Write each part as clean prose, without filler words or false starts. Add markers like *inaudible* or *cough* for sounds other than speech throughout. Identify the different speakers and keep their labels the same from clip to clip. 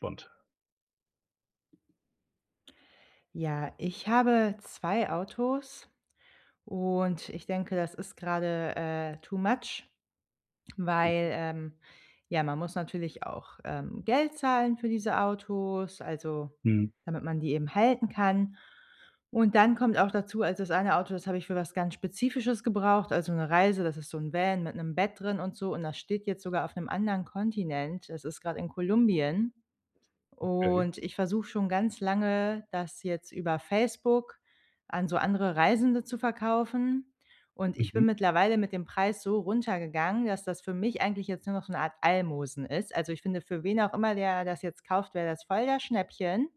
Speaker 1: Spannend.
Speaker 2: Ja, ich habe 2 Autos und ich denke, das ist gerade too much, weil, ja, man muss natürlich auch, Geld zahlen für diese Autos, also,
Speaker 1: Mhm,
Speaker 2: damit man die eben halten kann. Und dann kommt auch dazu also, das eine Auto, das habe ich für was ganz Spezifisches gebraucht, also, eine Reise, das ist so ein Van mit einem Bett drin und so und das steht jetzt sogar auf einem anderen Kontinent. Das ist gerade in Kolumbien.
Speaker 1: okay.
Speaker 2: Und ich versuche schon ganz lange, das jetzt über Facebook an so andere Reisende zu verkaufen. Und ich bin
Speaker 1: Mhm.
Speaker 2: mittlerweile mit dem Preis so runtergegangen, dass das für mich eigentlich jetzt nur noch so eine Art Almosen ist. Also, ich finde, für wen auch immer der das jetzt kauft, wäre das voll das Schnäppchen.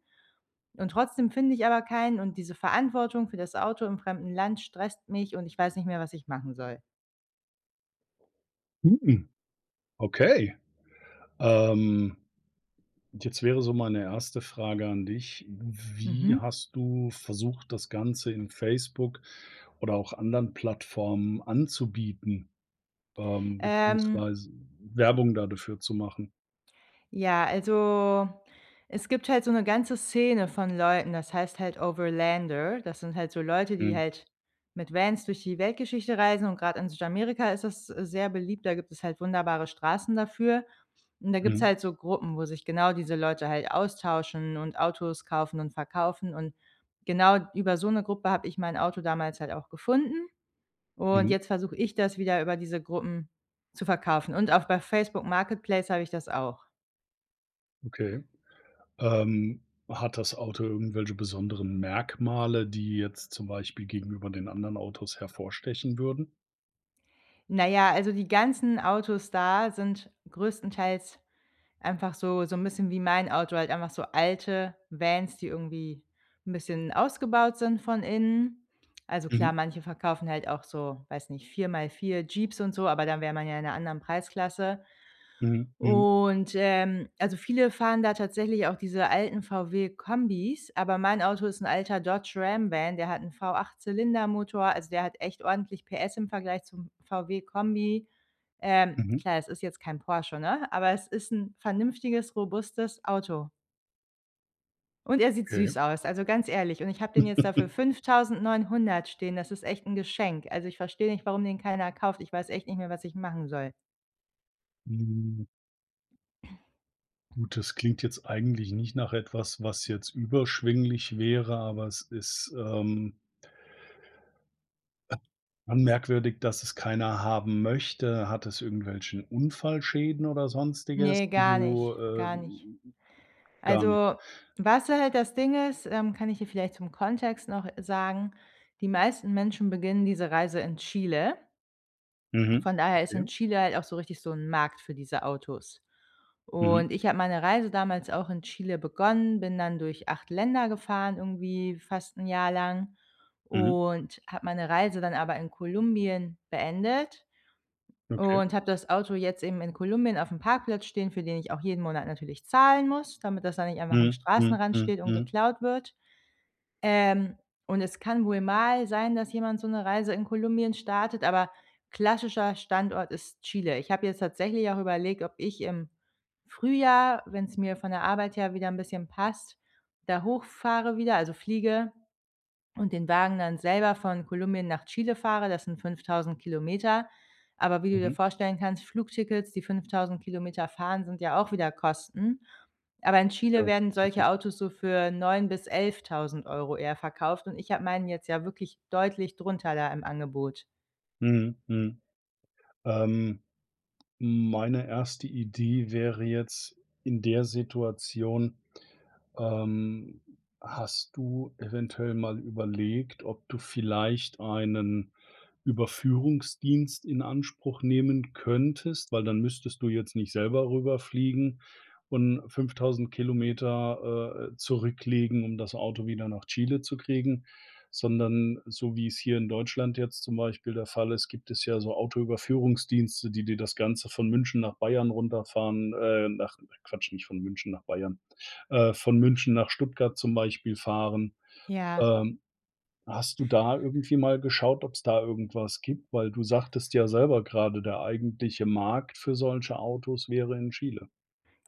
Speaker 2: Und trotzdem finde ich aber keinen und diese Verantwortung für das Auto im fremden Land stresst mich und ich weiß nicht mehr, was ich machen soll.
Speaker 1: Mhm. Okay. Ähm, jetzt wäre so meine erste Frage an dich. Wie
Speaker 2: Mhm.
Speaker 1: hast du versucht, das Ganze in Facebook oder auch anderen Plattformen anzubieten,
Speaker 2: Ähm
Speaker 1: beziehungsweise Werbung da dafür zu machen?
Speaker 2: Ja, also, es gibt halt so eine ganze Szene von Leuten, das heißt halt Overlander. Das sind halt so Leute, die
Speaker 1: Mhm.
Speaker 2: halt mit Vans durch die Weltgeschichte reisen und gerade in Südamerika ist das sehr beliebt. Da gibt es halt wunderbare Straßen dafür. Und da gibt's
Speaker 1: Mhm.
Speaker 2: halt so Gruppen, wo sich genau diese Leute halt austauschen und Autos kaufen und verkaufen. Und genau über so eine Gruppe habe ich mein Auto damals halt auch gefunden. Und
Speaker 1: Mhm.
Speaker 2: jetzt versuche ich das wieder über diese Gruppen zu verkaufen. Und auch bei Facebook Marketplace habe ich das auch.
Speaker 1: Okay. Ähm, hat das Auto irgendwelche besonderen Merkmale, die jetzt zum Beispiel gegenüber den anderen Autos hervorstechen würden?
Speaker 2: Na ja, also die ganzen Autos da sind größtenteils einfach so ein bisschen wie mein Auto, halt einfach so alte Vans, die irgendwie ein bisschen ausgebaut sind von innen. Also klar,
Speaker 1: Mhm.
Speaker 2: manche verkaufen halt auch so, weiß nicht, 4x4 Jeeps und so, aber dann wäre man ja in einer anderen Preisklasse.
Speaker 1: Mhm. Mhm.
Speaker 2: Und, also, viele fahren da tatsächlich auch diese alten VW-Kombis, aber mein Auto ist ein alter Dodge Ram Van, der hat einen V8-Zylindermotor, also, der hat echt ordentlich PS im Vergleich zum VW-Kombi.
Speaker 1: Mhm.
Speaker 2: Klar, es ist jetzt kein Porsche, ne, aber es ist ein vernünftiges, robustes Auto. Und er sieht
Speaker 1: Okay.
Speaker 2: süß aus, also, ganz ehrlich. Und ich habe den jetzt dafür für 5.900 stehen. Das ist echt ein Geschenk. Also, ich verstehe nicht, warum den keiner kauft. Ich weiß echt nicht mehr, was ich machen soll.
Speaker 1: Hm, gut, das klingt jetzt eigentlich nicht nach etwas, was jetzt überschwinglich wäre, aber es ist, schon merkwürdig, dass es keiner haben möchte. Hat es irgendwelchen Unfallschäden oder Sonstiges,
Speaker 2: Ne,
Speaker 1: die
Speaker 2: gar nicht,
Speaker 1: du,
Speaker 2: gar nicht.
Speaker 1: gar nicht?
Speaker 2: Also, was halt das Ding ist, kann ich dir vielleicht zum Kontext noch sagen. Die meisten Menschen beginnen diese Reise in Chile.
Speaker 1: Mhm.
Speaker 2: Von daher ist
Speaker 1: Okay.
Speaker 2: in Chile halt auch so richtig so ein Markt für diese Autos.
Speaker 1: Mhm.
Speaker 2: Und ich habe meine Reise damals auch in Chile begonnen, bin dann durch 8 Länder gefahren, irgendwie fast ein Jahr lang
Speaker 1: Mhm.
Speaker 2: und habe meine Reise dann aber in Kolumbien beendet
Speaker 1: Okay.
Speaker 2: und habe das Auto jetzt eben in Kolumbien auf dem Parkplatz stehen, für den ich auch jeden Monat natürlich zahlen muss, damit das dann nicht einfach
Speaker 1: Mhm.
Speaker 2: am
Speaker 1: Mhm.
Speaker 2: Straßenrand
Speaker 1: Mhm.
Speaker 2: steht und
Speaker 1: Mhm.
Speaker 2: geklaut wird. Ähm, und es kann wohl mal sein, dass jemand so eine Reise in Kolumbien startet, aber klassischer Standort ist Chile. Ich habe jetzt tatsächlich auch überlegt, ob ich im Frühjahr, wenn es mir von der Arbeit her wieder ein bisschen passt, da hochfahre wieder, also fliege und den Wagen dann selber von Kolumbien nach Chile fahre, das sind 5.000 Kilometer. Aber wie du dir
Speaker 1: Mhm.
Speaker 2: vorstellen kannst, Flugtickets, die 5.000 Kilometer fahren, sind ja auch wieder Kosten. Aber in Chile
Speaker 1: Ja,
Speaker 2: werden
Speaker 1: ist
Speaker 2: solche
Speaker 1: richtig.
Speaker 2: Autos so für 9.000 bis 11.000 Euro eher verkauft und ich habe meinen jetzt ja wirklich deutlich drunter da im Angebot.
Speaker 1: Mhm. Mhm. Ähm, meine erste Idee wäre jetzt in der Situation. Ähm, hast du eventuell mal überlegt, ob du vielleicht einen Überführungsdienst in Anspruch nehmen könntest, weil dann müsstest du jetzt nicht selber rüberfliegen und 5.000 Kilometer zurücklegen, um das Auto wieder nach Chile zu kriegen, sondern so wie es hier in Deutschland jetzt zum Beispiel der Fall ist, gibt es ja so Autoüberführungsdienste, die dir das Ganze von München nach Bayern runterfahren, nach Quatsch, nicht von München nach Bayern, von München nach Stuttgart zum Beispiel fahren.
Speaker 2: Ja.
Speaker 1: Ähm, Hast du da irgendwie mal geschaut, ob es da irgendwas gibt? Weil du sagtest ja selber gerade, der eigentliche Markt für solche Autos wäre in Chile.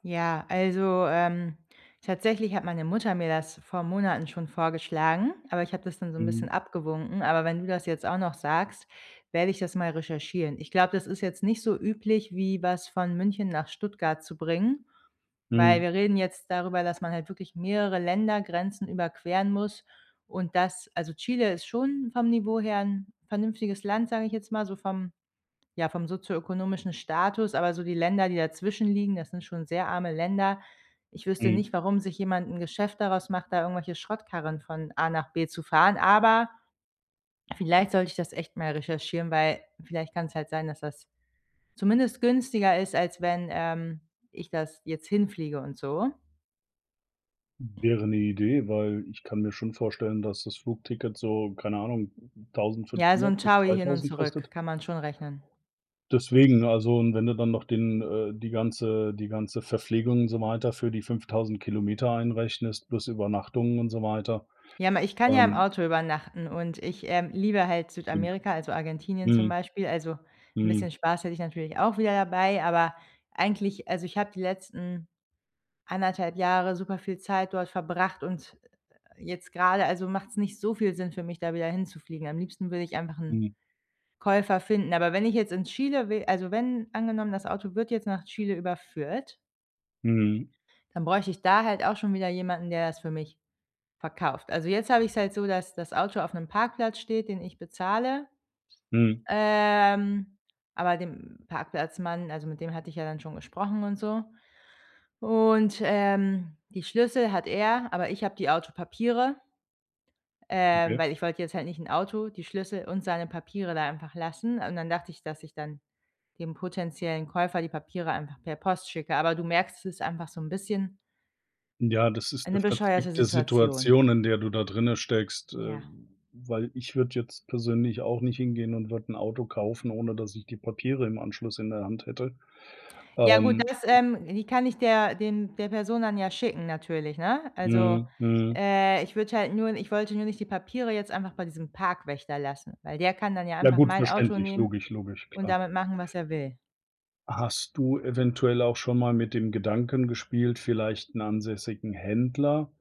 Speaker 2: Ja, also, tatsächlich hat meine Mutter mir das vor Monaten schon vorgeschlagen, aber ich habe das dann so ein
Speaker 1: Mhm,
Speaker 2: bisschen abgewunken. Aber wenn du das jetzt auch noch sagst, werde ich das mal recherchieren. Ich glaube, das ist jetzt nicht so üblich, wie was von München nach Stuttgart zu bringen, weil
Speaker 1: mhm,
Speaker 2: wir reden jetzt darüber, dass man halt wirklich mehrere Ländergrenzen überqueren muss und das also, Chile ist schon vom Niveau her ein vernünftiges Land, sage ich jetzt mal, so vom ja, vom sozioökonomischen Status, aber so die Länder, die dazwischen liegen, das sind schon sehr arme Länder. Ich wüsste
Speaker 1: mhm.
Speaker 2: nicht, warum sich jemand ein Geschäft daraus macht, da irgendwelche Schrottkarren von A nach B zu fahren, aber vielleicht sollte ich das echt mal recherchieren, weil vielleicht kann es halt sein, dass das zumindest günstiger ist, als wenn, ich das jetzt hinfliege und so.
Speaker 1: Wäre eine Idee, weil ich kann mir schon vorstellen, dass das Flugticket so, keine Ahnung,
Speaker 2: Ja, so ein
Speaker 1: 1.500 bis
Speaker 2: Chowi hin und
Speaker 1: 2.000
Speaker 2: zurück
Speaker 1: kostet.
Speaker 2: kann man schon rechnen.
Speaker 1: Deswegen, also, und wenn du dann noch den die ganze Verpflegung und so weiter für die 5.000 Kilometer einrechnest, plus Übernachtungen und so weiter,
Speaker 2: Ja, ma ich kann ja im
Speaker 1: ähm,
Speaker 2: Auto übernachten und ich, liebe halt
Speaker 1: stimmt.
Speaker 2: Südamerika, also Argentinien zum
Speaker 1: Mhm,
Speaker 2: Beispiel. Also, ein
Speaker 1: mhm,
Speaker 2: bisschen Spaß hätte ich natürlich auch wieder dabei, aber eigentlich also, ich habe die letzten anderthalb Jahre super viel Zeit dort verbracht und jetzt gerade, also, macht es nicht so viel Sinn für mich, da wieder hinzufliegen. Am liebsten würde ich einfach einen
Speaker 1: mhm,
Speaker 2: Käufer finden. Aber wenn ich jetzt in Chile will, also, wenn angenommen, das Auto wird jetzt nach Chile überführt,
Speaker 1: mhm,
Speaker 2: dann bräuchte ich da halt auch schon wieder jemanden, der das für mich verkauft. Also, jetzt habe ich es halt so, dass das Auto auf einem Parkplatz steht, den ich bezahle.
Speaker 1: mhm,
Speaker 2: Ähm, aber dem Parkplatzmann also, mit dem hatte ich ja dann schon gesprochen und so. Und, die Schlüssel hat er, aber ich habe die Autopapiere,
Speaker 1: okay.
Speaker 2: weil ich wollte jetzt halt nicht ein Auto, die Schlüssel und seine Papiere da einfach lassen. Und dann dachte ich, dass ich dann dem potenziellen Käufer die Papiere einfach per Post schicke. Aber du merkst, es ist einfach so ein bisschen
Speaker 1: Ja, das ist 'ne
Speaker 2: eine bescheuerte
Speaker 1: verzwickte
Speaker 2: Situation.
Speaker 1: Situation, in der du da drinne steckst,
Speaker 2: Ja.
Speaker 1: weil ich würde jetzt persönlich auch nicht hingehen und würde 'n Auto kaufen, ohne dass ich die Papiere im Anschluss in der Hand hätte.
Speaker 2: Ja gut,
Speaker 1: Ähm,
Speaker 2: die kann ich der Person dann ja schicken natürlich, ne? Also,
Speaker 1: mhm, mhm.
Speaker 2: ich wollte nur nicht die Papiere jetzt einfach bei diesem Parkwächter lassen, weil der kann dann ja
Speaker 1: Ja
Speaker 2: einfach
Speaker 1: gut,
Speaker 2: mein Auto
Speaker 1: verständlich,
Speaker 2: nehmen
Speaker 1: logisch, logisch,
Speaker 2: und
Speaker 1: klar.
Speaker 2: damit machen, was er will.
Speaker 1: Hast du eventuell auch schon mal mit dem Gedanken gespielt, vielleicht 'n ansässigen Händler,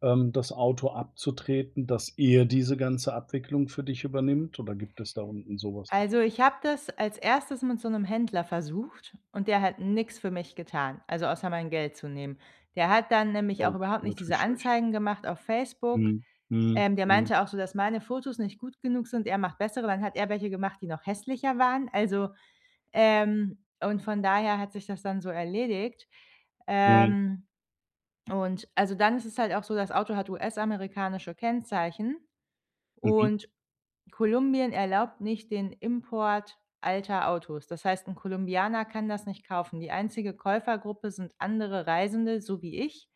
Speaker 1: das Auto abzutreten, dass er diese ganze Abwicklung für dich übernimmt oder gibt es da unten so was nicht?
Speaker 2: Also, ich habe das als erstes mit so 'nem Händler versucht und der hat nix für mich getan, also außer mein Geld zu nehmen. Der hat dann nämlich auch
Speaker 1: Oh,
Speaker 2: überhaupt nicht
Speaker 1: natürlich
Speaker 2: diese
Speaker 1: schlecht.
Speaker 2: Anzeigen gemacht auf Facebook.
Speaker 1: Mhm, mhm,
Speaker 2: Der
Speaker 1: mhm.
Speaker 2: meinte auch so, dass meine Fotos nicht gut genug sind, er macht bessere, dann hat er welche gemacht, die noch hässlicher waren. Also und von daher hat sich das dann so erledigt.
Speaker 1: Mhm,
Speaker 2: Ähm, und also, dann ist es halt auch so, das Auto hat US-amerikanische Kennzeichen
Speaker 1: mhm,
Speaker 2: und Kolumbien erlaubt nicht den Import alter Autos. Das heißt, 'n Kolumbianer kann das nicht kaufen. Die einzige Käufergruppe sind andere Reisende, so wie ich,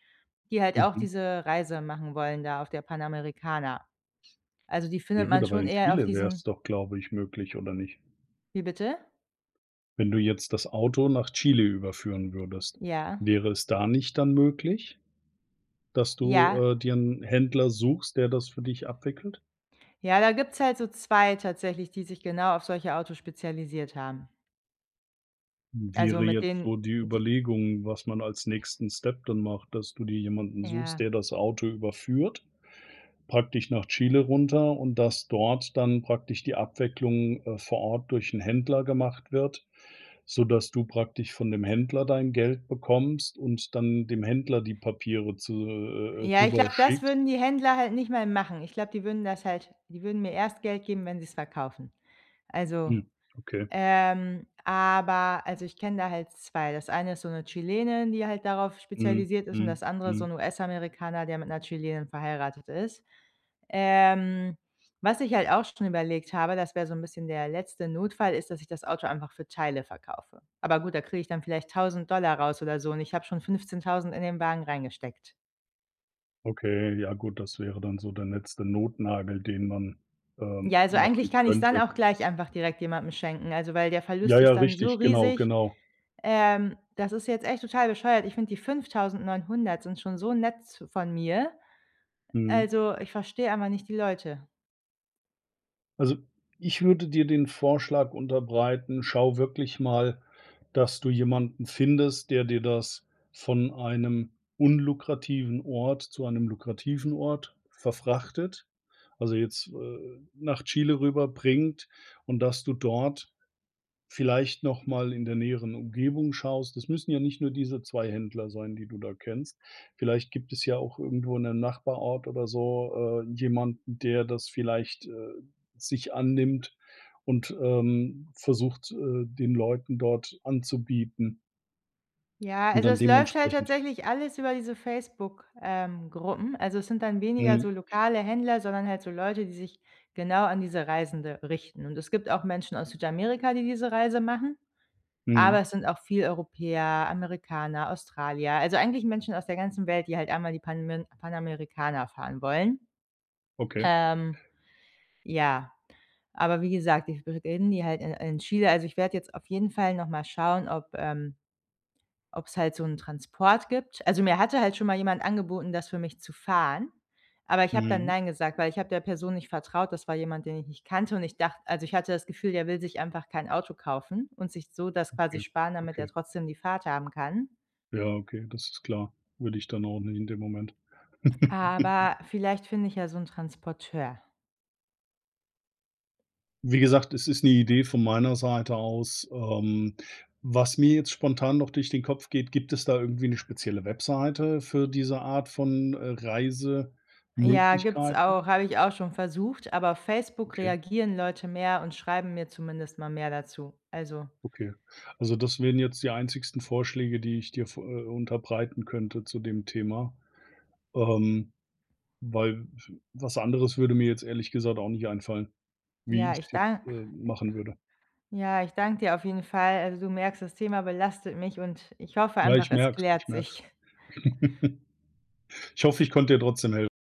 Speaker 2: die halt auch
Speaker 1: mhm.
Speaker 2: diese Reise machen wollen da auf der Panamericana. Also, die
Speaker 1: Ja
Speaker 2: findet
Speaker 1: gut,
Speaker 2: man
Speaker 1: aber
Speaker 2: schon
Speaker 1: in
Speaker 2: eher auf
Speaker 1: Chile wäre es
Speaker 2: diesen.
Speaker 1: doch, glaube ich, möglich, oder nicht?
Speaker 2: Wie bitte?
Speaker 1: Wenn du jetzt das Auto nach Chile überführen würdest,
Speaker 2: Ja.
Speaker 1: wäre es da nicht dann möglich, dass du,
Speaker 2: Ja,
Speaker 1: dir 'n Händler suchst, der das für dich abwickelt?
Speaker 2: ja, da gibt's halt so 2 tatsächlich, die sich genau auf solche Autos spezialisiert haben. Also,
Speaker 1: Wäre
Speaker 2: mit
Speaker 1: jetzt
Speaker 2: denen
Speaker 1: so die
Speaker 2: die
Speaker 1: Überlegung, was man als nächsten Step dann macht, dass du dir jemanden suchst,
Speaker 2: ja.
Speaker 1: der das Auto überführt, praktisch nach Chile runter, und dass dort dann praktisch die Abwicklung, vor Ort durch 'n Händler gemacht wird, sodass du praktisch von dem Händler dein Geld bekommst und dann dem Händler die Papiere zu
Speaker 2: Ja, ich
Speaker 1: rüber
Speaker 2: glaube, das
Speaker 1: schickst.
Speaker 2: würden die Händler halt nicht mal machen. Ich glaube, die würden mir erst Geld geben, wenn sie's verkaufen. Also,
Speaker 1: Hm, okay.
Speaker 2: aber also, ich kenne da halt 2. Das eine ist so eine Chilenin, die halt darauf
Speaker 1: Mhm,
Speaker 2: spezialisiert ist und
Speaker 1: mhm,
Speaker 2: das andere so
Speaker 1: mhm.
Speaker 2: 'n US-Amerikaner, der mit einer Chilenin verheiratet ist. Ähm, was ich halt auch schon überlegt habe, das wäre so 'n bisschen der letzte Notfall, ist, dass ich das Auto einfach für Teile verkaufe. Aber gut, da kriege ich dann vielleicht $1.000 raus oder so und ich habe schon 15.000 in den Wagen reingesteckt.
Speaker 1: Okay, ja gut, das wäre dann so der letzte Notnagel, den man,
Speaker 2: Ja, also eigentlich
Speaker 1: machen
Speaker 2: kann ich's dann
Speaker 1: könnte.
Speaker 2: auch gleich einfach direkt jemandem schenken, also weil der Verlust
Speaker 1: Ja, ja,
Speaker 2: ist dann so
Speaker 1: richtig, genau,
Speaker 2: riesig.
Speaker 1: genau.
Speaker 2: Das ist jetzt echt total bescheuert. Ich finde, die 5.900 sind schon so nett von mir.
Speaker 1: Mhm.
Speaker 2: Also, ich verstehe einfach nicht die Leute.
Speaker 1: Also, ich würde dir den Vorschlag unterbreiten, schau wirklich mal, dass du jemanden findest, der dir das von einem unlukrativen Ort zu einem lukrativen Ort verfrachtet, also jetzt, nach Chile rüber bringt, und dass du dort vielleicht noch mal in der näheren Umgebung schaust. Das müssen ja nicht nur diese 2 Händler sein, die du da kennst. Vielleicht gibt es ja auch irgendwo in einem Nachbarort oder so, jemanden, der das vielleicht, sich annimmt und, versucht, den Leuten dort anzubieten
Speaker 2: Ja,
Speaker 1: und
Speaker 2: also
Speaker 1: dann
Speaker 2: es läuft halt
Speaker 1: dementsprechend
Speaker 2: tatsächlich alles über diese Facebook, Gruppen. Also, es sind dann weniger
Speaker 1: mhm,
Speaker 2: so lokale Händler, sondern halt so Leute, die sich genau an diese Reisende richten. Und es gibt auch Menschen aus Südamerika, die diese Reise machen,
Speaker 1: mhm,
Speaker 2: aber es sind auch viel Europäer, Amerikaner, Australier, also eigentlich Menschen aus der ganzen Welt, die halt einmal die Panmin Panamericana fahren wollen.
Speaker 1: okay,
Speaker 2: Ähm, ja, aber wie gesagt, ich bin die halt in Chile. Also, ich werde jetzt auf jeden Fall noch mal schauen, ob es halt so 'n Transport gibt. Also, mir hatte halt schon mal jemand angeboten, das für mich zu fahren, aber ich habe dann
Speaker 1: mhm,
Speaker 2: nein gesagt, weil ich habe der Person nicht vertraut. Das war jemand, den ich nicht kannte und ich dachte also, ich hatte das Gefühl, der will sich einfach kein Auto kaufen und sich so das quasi
Speaker 1: okay,
Speaker 2: sparen, damit er
Speaker 1: okay.
Speaker 2: trotzdem die Fahrt haben kann.
Speaker 1: Ja, okay, das ist klar. Würde ich dann auch nicht in dem Moment. *laughs*
Speaker 2: Aber vielleicht finde ich ja so 'n Transporteur.
Speaker 1: Wie gesagt, es ist 'ne Idee von meiner Seite aus. Was mir jetzt spontan noch durch den Kopf geht, gibt es da irgendwie 'ne spezielle Webseite für diese Art von,
Speaker 2: Ja, gibt's
Speaker 1: Reisemöglichkeiten?
Speaker 2: auch, habe ich auch schon versucht, aber auf Facebook
Speaker 1: Okay,
Speaker 2: reagieren Leute mehr und schreiben mir zumindest mal mehr dazu. Also,
Speaker 1: okay. Also, das wären jetzt die einzigsten Vorschläge, die ich dir v unterbreiten könnte zu dem Thema, ähm, weil w was anderes würde mir jetzt ehrlich gesagt auch nicht einfallen, wie
Speaker 2: ja, ich
Speaker 1: ich's
Speaker 2: dank
Speaker 1: jetzt, machen würde.
Speaker 2: ja, ich danke dir auf jeden Fall. Also, du merkst, das Thema belastet mich und ich hoffe
Speaker 1: Ja,
Speaker 2: einfach,
Speaker 1: ich
Speaker 2: es
Speaker 1: merke es,
Speaker 2: klärt
Speaker 1: ich merke es.
Speaker 2: sich.
Speaker 1: *laughs* Ich hoffe, ich konnte dir trotzdem hel